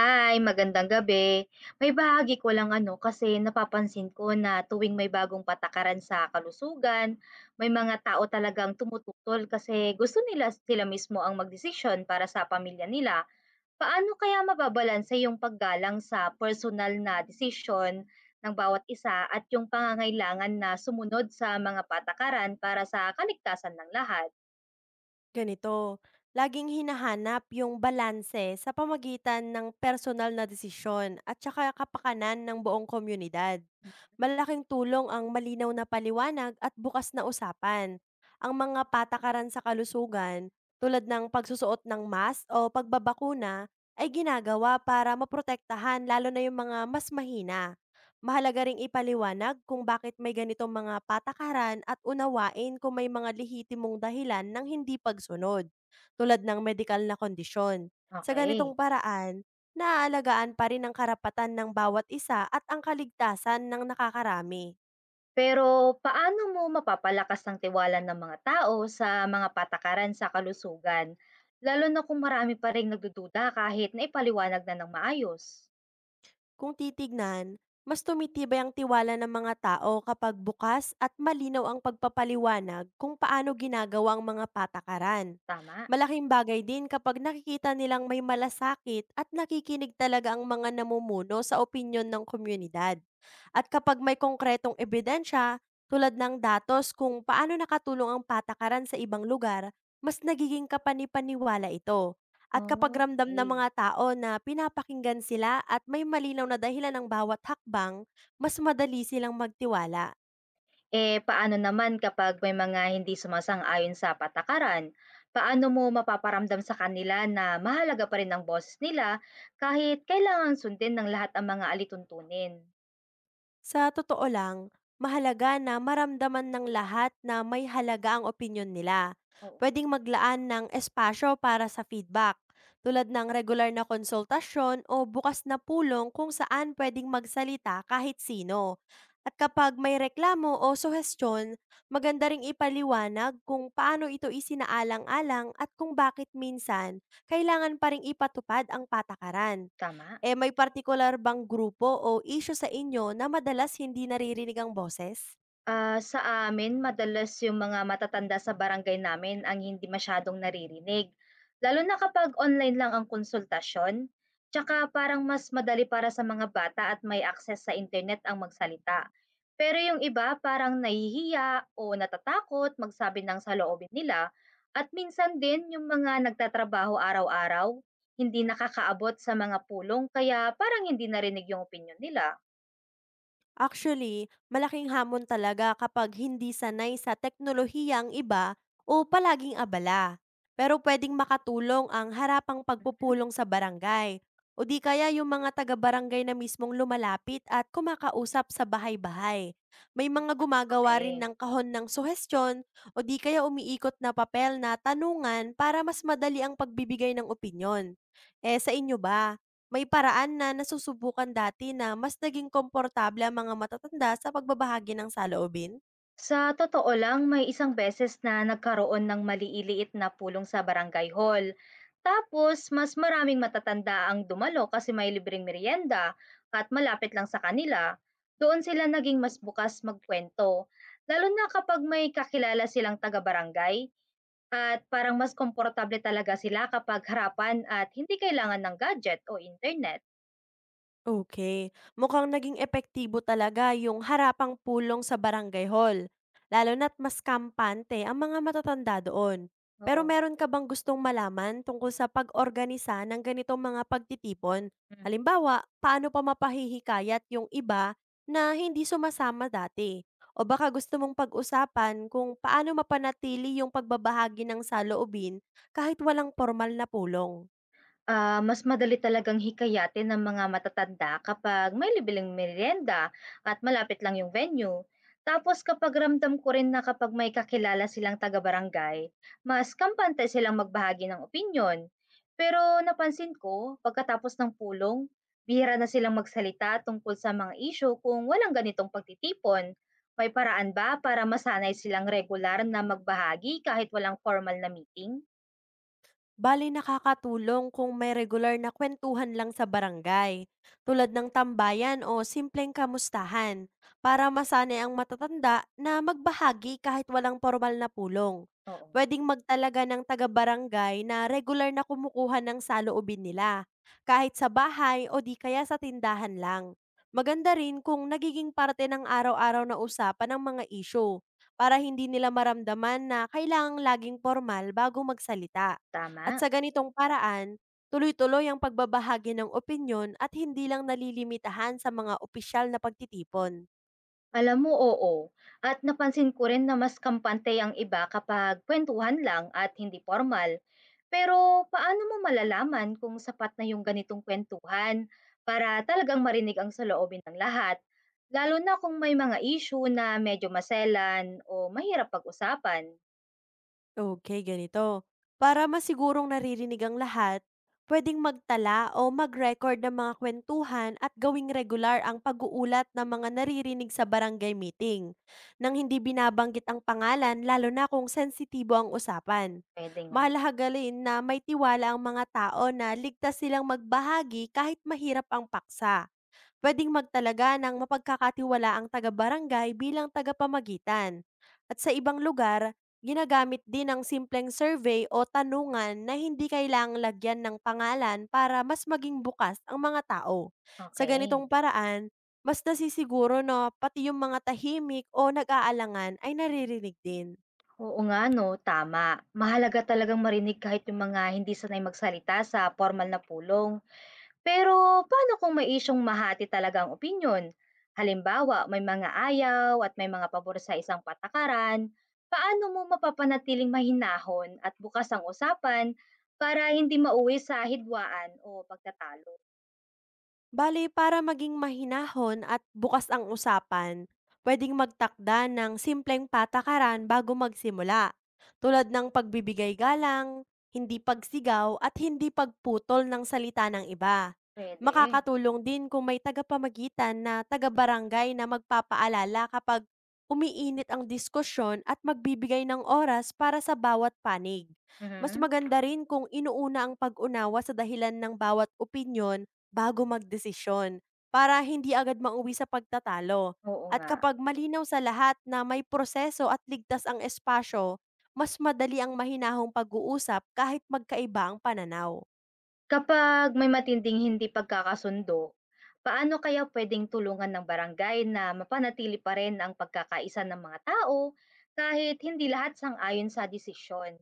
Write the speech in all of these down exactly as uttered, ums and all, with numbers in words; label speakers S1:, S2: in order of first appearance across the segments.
S1: Hi, magandang gabi. May bahagi ko lang ano kasi napapansin ko na tuwing may bagong patakaran sa kalusugan, may mga tao talagang tumututol kasi gusto nila sila mismo ang magdesisyon para sa pamilya nila. Paano kaya mababalanse yung paggalang sa personal na desisyon ng bawat isa at yung pangangailangan na sumunod sa mga patakaran para sa kaligtasan ng lahat?
S2: Ganito, laging hinahanap yung balanse sa pamagitan ng personal na desisyon at saka kapakanan ng buong komunidad. Malaking tulong ang malinaw na paliwanag at bukas na usapan. Ang mga patakaran sa kalusugan, tulad ng pagsusuot ng mask o pagbabakuna, ay ginagawa para maprotektahan lalo na yung mga mas mahina. Mahalaga ring ipaliwanag kung bakit may ganitong mga patakaran at unawain kung may mga lehitimong dahilan ng hindi pagsunod, tulad ng medikal na kondisyon. Sa
S1: Okay.
S2: ganitong paraan, naaalagaan pa rin ang karapatan ng bawat isa at ang kaligtasan ng nakakarami.
S1: Pero paano mo mapapalakas ang tiwala ng mga tao sa mga patakaran sa kalusugan, lalo na kung marami pa ring nagdududa kahit naipaliwanag na ng maayos?
S2: Kung titignan, mas tumitibay ang tiwala ng mga tao kapag bukas at malinaw ang pagpapaliwanag kung paano ginagawa ang mga patakaran.
S1: Tama?
S2: Malaking bagay din kapag nakikita nilang may malasakit at nakikinig talaga ang mga namumuno sa opinyon ng komunidad. At kapag may konkretong ebidensya, tulad ng datos kung paano nakatulong ang patakaran sa ibang lugar, mas nagiging kapanipaniwala ito. At kapag
S1: Oh,
S2: ramdam ng
S1: okey.
S2: mga tao na pinapakinggan sila at may malinaw na dahilan ng bawat hakbang, mas madali silang magtiwala.
S1: Eh, paano naman kapag may mga hindi sumasang-ayon sa patakaran? Paano mo mapaparamdam sa kanila na mahalaga pa rin ang boses nila kahit kailangan sundin ng lahat ang mga alituntunin?
S2: Sa totoo lang, mahalaga na maramdaman ng lahat na may halaga ang opinyon nila.
S1: Oo,
S2: Pwedeng maglaan ng espasyo para sa feedback, tulad ng regular na konsultasyon o bukas na pulong kung saan pwedeng magsalita kahit sino. At kapag may reklamo o suhestyon, maganda ring ipaliwanag kung paano ito isinaalang-alang at kung bakit minsan kailangan pa ring ipatupad ang patakaran.
S1: tama.
S2: Eh, may partikular bang grupo o issue sa inyo na madalas hindi naririnig ang boses?
S1: Ah, sa amin madalas yung mga matatanda sa barangay namin ang hindi masyadong naririnig. Lalo na kapag online lang ang konsultasyon, tsaka parang mas madali para sa mga bata at may access sa internet ang magsalita. Pero yung iba parang nahihiya o natatakot magsabi ng saloobin nila at minsan din yung mga nagtatrabaho araw-araw hindi nakakaabot sa mga pulong kaya parang hindi narinig yung opinyon nila.
S2: Actually, malaking hamon talaga kapag hindi sanay sa teknolohiyang iba o palaging abala. Pero pwedeng makatulong ang harapang pagpupulong sa barangay o di kaya yung mga taga-barangay na mismong lumalapit at kumakausap sa bahay-bahay. May mga gumagawa rin
S1: Okay.
S2: ng kahon ng suhestyon o di kaya umiikot na papel na tanungan para mas madali ang pagbibigay ng opinyon. Eh sa inyo ba, may paraan na nasusubukan dati na mas naging komportable ang mga matatanda sa pagbabahagi ng saloobin?
S1: Sa totoo lang, may isang beses na nagkaroon ng maliliit na pulong sa barangay hall. Tapos, mas maraming matatanda ang dumalo kasi may libreng merienda at malapit lang sa kanila. Doon sila naging mas bukas magkwento, lalo na kapag may kakilala silang taga-barangay at parang mas komportable talaga sila kapag harapan at hindi kailangan ng gadget o internet.
S2: Okay, mukhang naging epektibo talaga yung harapang pulong sa barangay hall, lalo na't mas kampante ang mga matatanda doon. Pero
S1: Oo
S2: meron ka bang gustong malaman tungkol sa pag-organisa ng ganitong mga pagtitipon?
S1: nga.
S2: Halimbawa, paano pa mapahihikayat yung iba na hindi sumasama dati? O baka gusto mong pag-usapan kung paano mapanatili yung pagbabahagi ng saloobin kahit walang formal na pulong?
S1: Ah, mas madali talagang hikayatin ng mga matatanda kapag may libreng merienda at malapit lang yung venue. Tapos kapag ramdam ko rin na kapag may kakilala silang taga-barangay, mas kampante silang magbahagi ng opinyon. Pero napansin ko, pagkatapos ng pulong, bihira na silang magsalita tungkol sa mga isyu kung walang ganitong pagtitipon. May paraan ba para masanay silang regular na magbahagi kahit walang formal na meeting?
S2: Bale nakakatulong kung may regular na kwentuhan lang sa barangay, tulad ng tambayan o simpleng kamustahan, para masanay ang matatanda na magbahagi kahit walang formal na pulong.
S1: Oo nga,
S2: Pwedeng magtalaga ng taga-barangay na regular na kumukuha ng saloobin nila, kahit sa bahay o di kaya sa tindahan lang. Maganda rin kung nagiging parte ng araw-araw na usapan ng mga isyu para hindi nila maramdaman na kailangang laging formal bago magsalita. At
S1: tama.
S2: sa ganitong paraan, tuloy-tuloy ang pagbabahagi ng opinyon at hindi lang nalilimitahan sa mga opisyal na pagtitipon.
S1: Alam mo, oo. At napansin ko rin na mas kampante ang iba kapag kwentuhan lang at hindi formal. Pero paano mo malalaman kung sapat na yung ganitong kwentuhan para talagang marinig ang saloobin ng lahat? Lalo na kung may mga issue na medyo maselan o mahirap pag-usapan.
S2: Okay, ganito. Para masigurong naririnig ang lahat, pwedeng magtala o mag-record ng mga kwentuhan at gawing regular ang pag-uulat ng mga naririnig sa barangay meeting, nang hindi binabanggit ang pangalan lalo na kung sensitibo ang usapan.
S1: Pwede nga.
S2: Mahalaga rin na may tiwala ang mga tao na ligtas silang magbahagi kahit mahirap ang paksa. Puwedeng magtalaga ng mapagkakatiwalaang taga-barangay bilang tagapamagitan. At sa ibang lugar, ginagamit din ang simpleng survey o tanungan na hindi kailangang lagyan ng pangalan para mas maging bukas ang mga tao. Sa
S1: Okay.
S2: ganitong paraan, mas nasisiguro na pati yung mga tahimik o nag-aalangan ay naririnig din.
S1: Oo nga no, tama. Mahalaga talagang marinig kahit yung mga hindi sanay magsalita sa formal na pulong. Pero paano kung may isyung mahati talaga ang opinyon? Halimbawa, may mga ayaw at may mga pabor sa isang patakaran, paano mo mapapanatiling mahinahon at bukas ang usapan para hindi mauwi sa hidwaan o pagtatalo?
S2: Bale, para maging mahinahon at bukas ang usapan, pwedeng magtakda ng simpleng patakaran bago magsimula, tulad ng pagbibigay galang, hindi pagsigaw at hindi pagputol ng salita ng iba.
S1: Pwede.
S2: Makakatulong din kung may tagapamagitan na taga-barangay na magpapaalala kapag umiinit ang diskusyon at magbibigay ng oras para sa bawat panig. Mas
S1: Mhm.
S2: maganda rin kung inuuna ang pag-unawa sa dahilan ng bawat opinyon bago magdesisyon, para hindi agad mauwi sa pagtatalo.
S1: Oo
S2: At
S1: nga.
S2: kapag malinaw sa lahat na may proseso at ligtas ang espasyo, mas madali ang mahinahong pag-uusap kahit magkaiba ang pananaw.
S1: Kapag may matinding hindi pagkakasundo, paano kaya pwedeng tulungan ng barangay na mapanatili pa rin ang pagkakaisa ng mga tao kahit hindi lahat sang-ayon sa desisyon?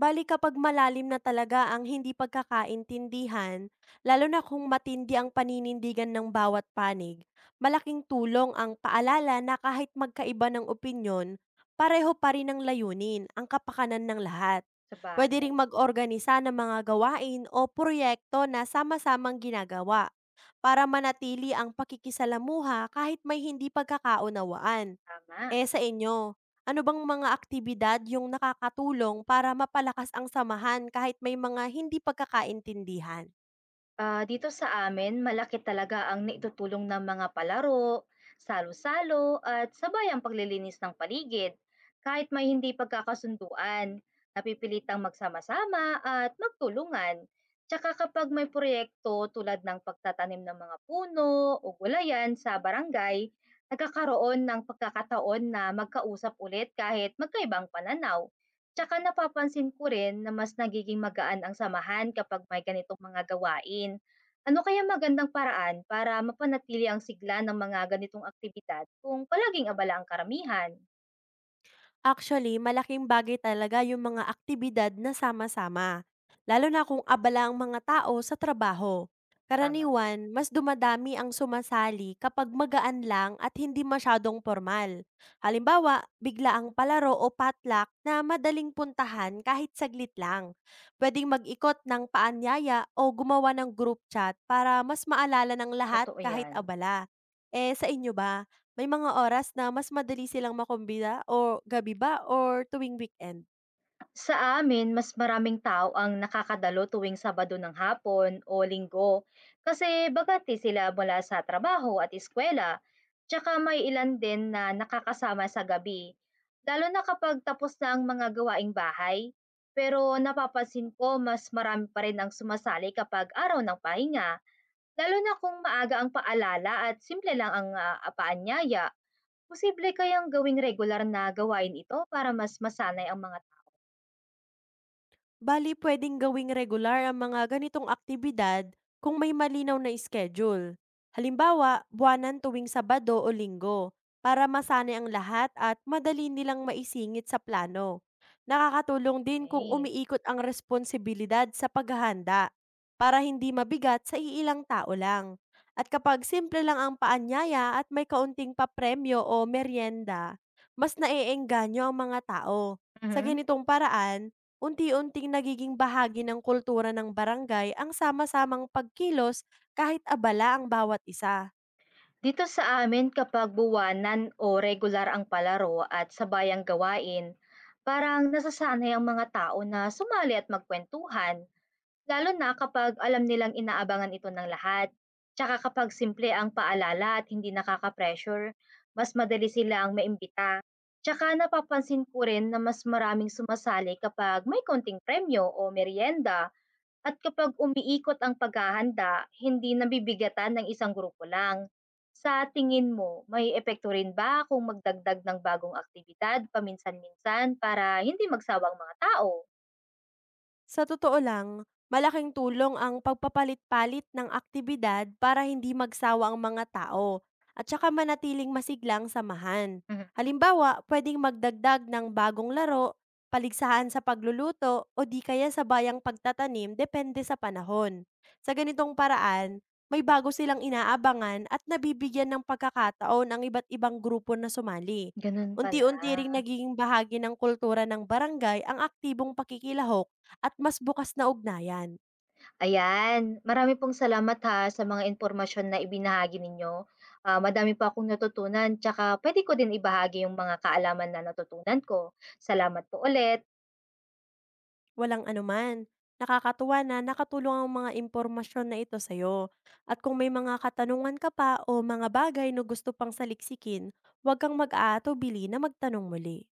S2: Bale kapag malalim na talaga ang hindi pagkakaintindihan, lalo na kung matindi ang paninindigan ng bawat panig, malaking tulong ang paalala na kahit magkaiba ng opinyon, pareho pa rin ang layunin, ang kapakanan ng lahat. Pwede ring
S1: Sabagay,
S2: mag-organisa ng mga gawain o proyekto na sama-samang ginagawa para manatili ang pakikisalamuha kahit may hindi pagkakaunawaan.
S1: tama.
S2: Eh, sa inyo, ano bang mga aktibidad yung nakakatulong para mapalakas ang samahan kahit may mga hindi pagkakaintindihan?
S1: Ah, dito sa amin malaki talaga ang naitutulong ng mga palaro, salo-salo at sabay ang paglilinis ng paligid. Kahit may hindi pagkakasunduan, napipilitang magsama-sama at magtulungan. Tsaka kapag may proyekto tulad ng pagtatanim ng mga puno o gulayan sa barangay, nagkakaroon ng pagkakataon na magkausap ulit kahit magkaibang pananaw. Tsaka napapansin ko rin na mas nagiging magaan ang samahan kapag may ganitong mga gawain. Ano kaya magandang paraan para mapanatili ang sigla ng mga ganitong aktibidad kung palaging abala ang karamihan?
S2: Actually, malaking bagay talaga yung mga aktibidad na sama-sama, lalo na kung abala ang mga tao sa trabaho.
S1: Tama,
S2: Karaniwan, mas dumadami ang sumasali kapag magaan lang at hindi masyadong formal. Halimbawa, bigla ang palaro o patlak na madaling puntahan kahit saglit lang. Pwedeng mag-ikot ng paanyaya o gumawa ng group chat para mas maalala ng lahat
S1: totoo
S2: kahit
S1: yan.
S2: abala. Eh, sa inyo ba? May mga oras na mas madali silang makumbina, o gabi ba or tuwing weekend?
S1: Sa amin, mas maraming tao ang nakakadalo tuwing Sabado ng hapon o Linggo kasi bagati sila mula sa trabaho at eskwela. Tsaka may ilan din na nakakasama sa gabi, lalo na kapag tapos na ang mga gawaing bahay. Pero napapansin ko mas marami pa rin ang sumasali kapag araw ng pahinga, lalo na kung maaga ang paalala at simple lang ang ah, paanyaya. Posible kayang gawing regular na gawain ito para mas masanay ang mga
S2: Bali puwedeng gawing regular ang mga ganitong aktibidad kung may malinaw na schedule. Halimbawa, buwanan tuwing Sabado o Linggo para masanay ang lahat at madali nilang maisingit sa plano. Nakakatulong din kung
S1: tao.
S2: umiikot ang responsibilidad sa paghahanda para hindi mabigat sa iilang tao lang. At kapag simple lang ang paanyaya at may kaunting papremyo o merienda, mas naiengganyo ang mga tao. Sa
S1: Mhm.
S2: ganitong paraan, unti-unting nagiging bahagi ng kultura ng barangay ang sama-samang pagkilos kahit abala ang bawat isa.
S1: Dito sa amin kapag buwanan o regular ang palaro at sabayang gawain, parang nasasanay ang mga tao na sumali at magkwentuhan, lalo na kapag alam nilang inaabangan ito ng lahat. Tsaka kapag simple ang paalala at hindi nakaka-pressure, mas madali silang maimbita. Tsaka napapansin ko rin na mas maraming sumasali kapag may konting premyo o merienda. At kapag umiikot ang paghahanda, hindi nabibigatan ng isang grupo lang. Sa tingin mo, may epekto rin ba kung magdagdag ng bagong aktibidad paminsan-minsan para hindi magsawa ang mga tao?
S2: Sa totoo lang, malaking tulong ang pagpapalit-palit ng aktibidad para hindi magsawa ang mga tao at saka manatiling masiglang samahan.
S1: Mhm.
S2: Halimbawa, pwedeng magdagdag ng bagong laro, paligsahan sa pagluluto o di kaya sa bayang pagtatanim depende sa panahon. Sa ganitong paraan, may bago silang inaabangan at nabibigyan ng pagkakataon ang iba't ibang grupo na sumali.
S1: Ganun pala.
S2: Unti-unti ring nagiging bahagi ng kultura ng barangay ang aktibong pakikilahok at mas bukas na ugnayan.
S1: Ayan, marami pong salamat ha sa mga impormasyon na ibinahagi ninyo. Ah, madami pa akong natutunan, tsaka pwede ko din ibahagi yung mga kaalaman na natutunan ko. Salamat po ulit.
S2: Walang anuman. Nakakatuwa na nakatulong ang mga impormasyon na ito sa'yo. At kung may mga katanungan ka pa o mga bagay na gusto pang saliksikin, huwag kang mag-aatubili na magtanong muli.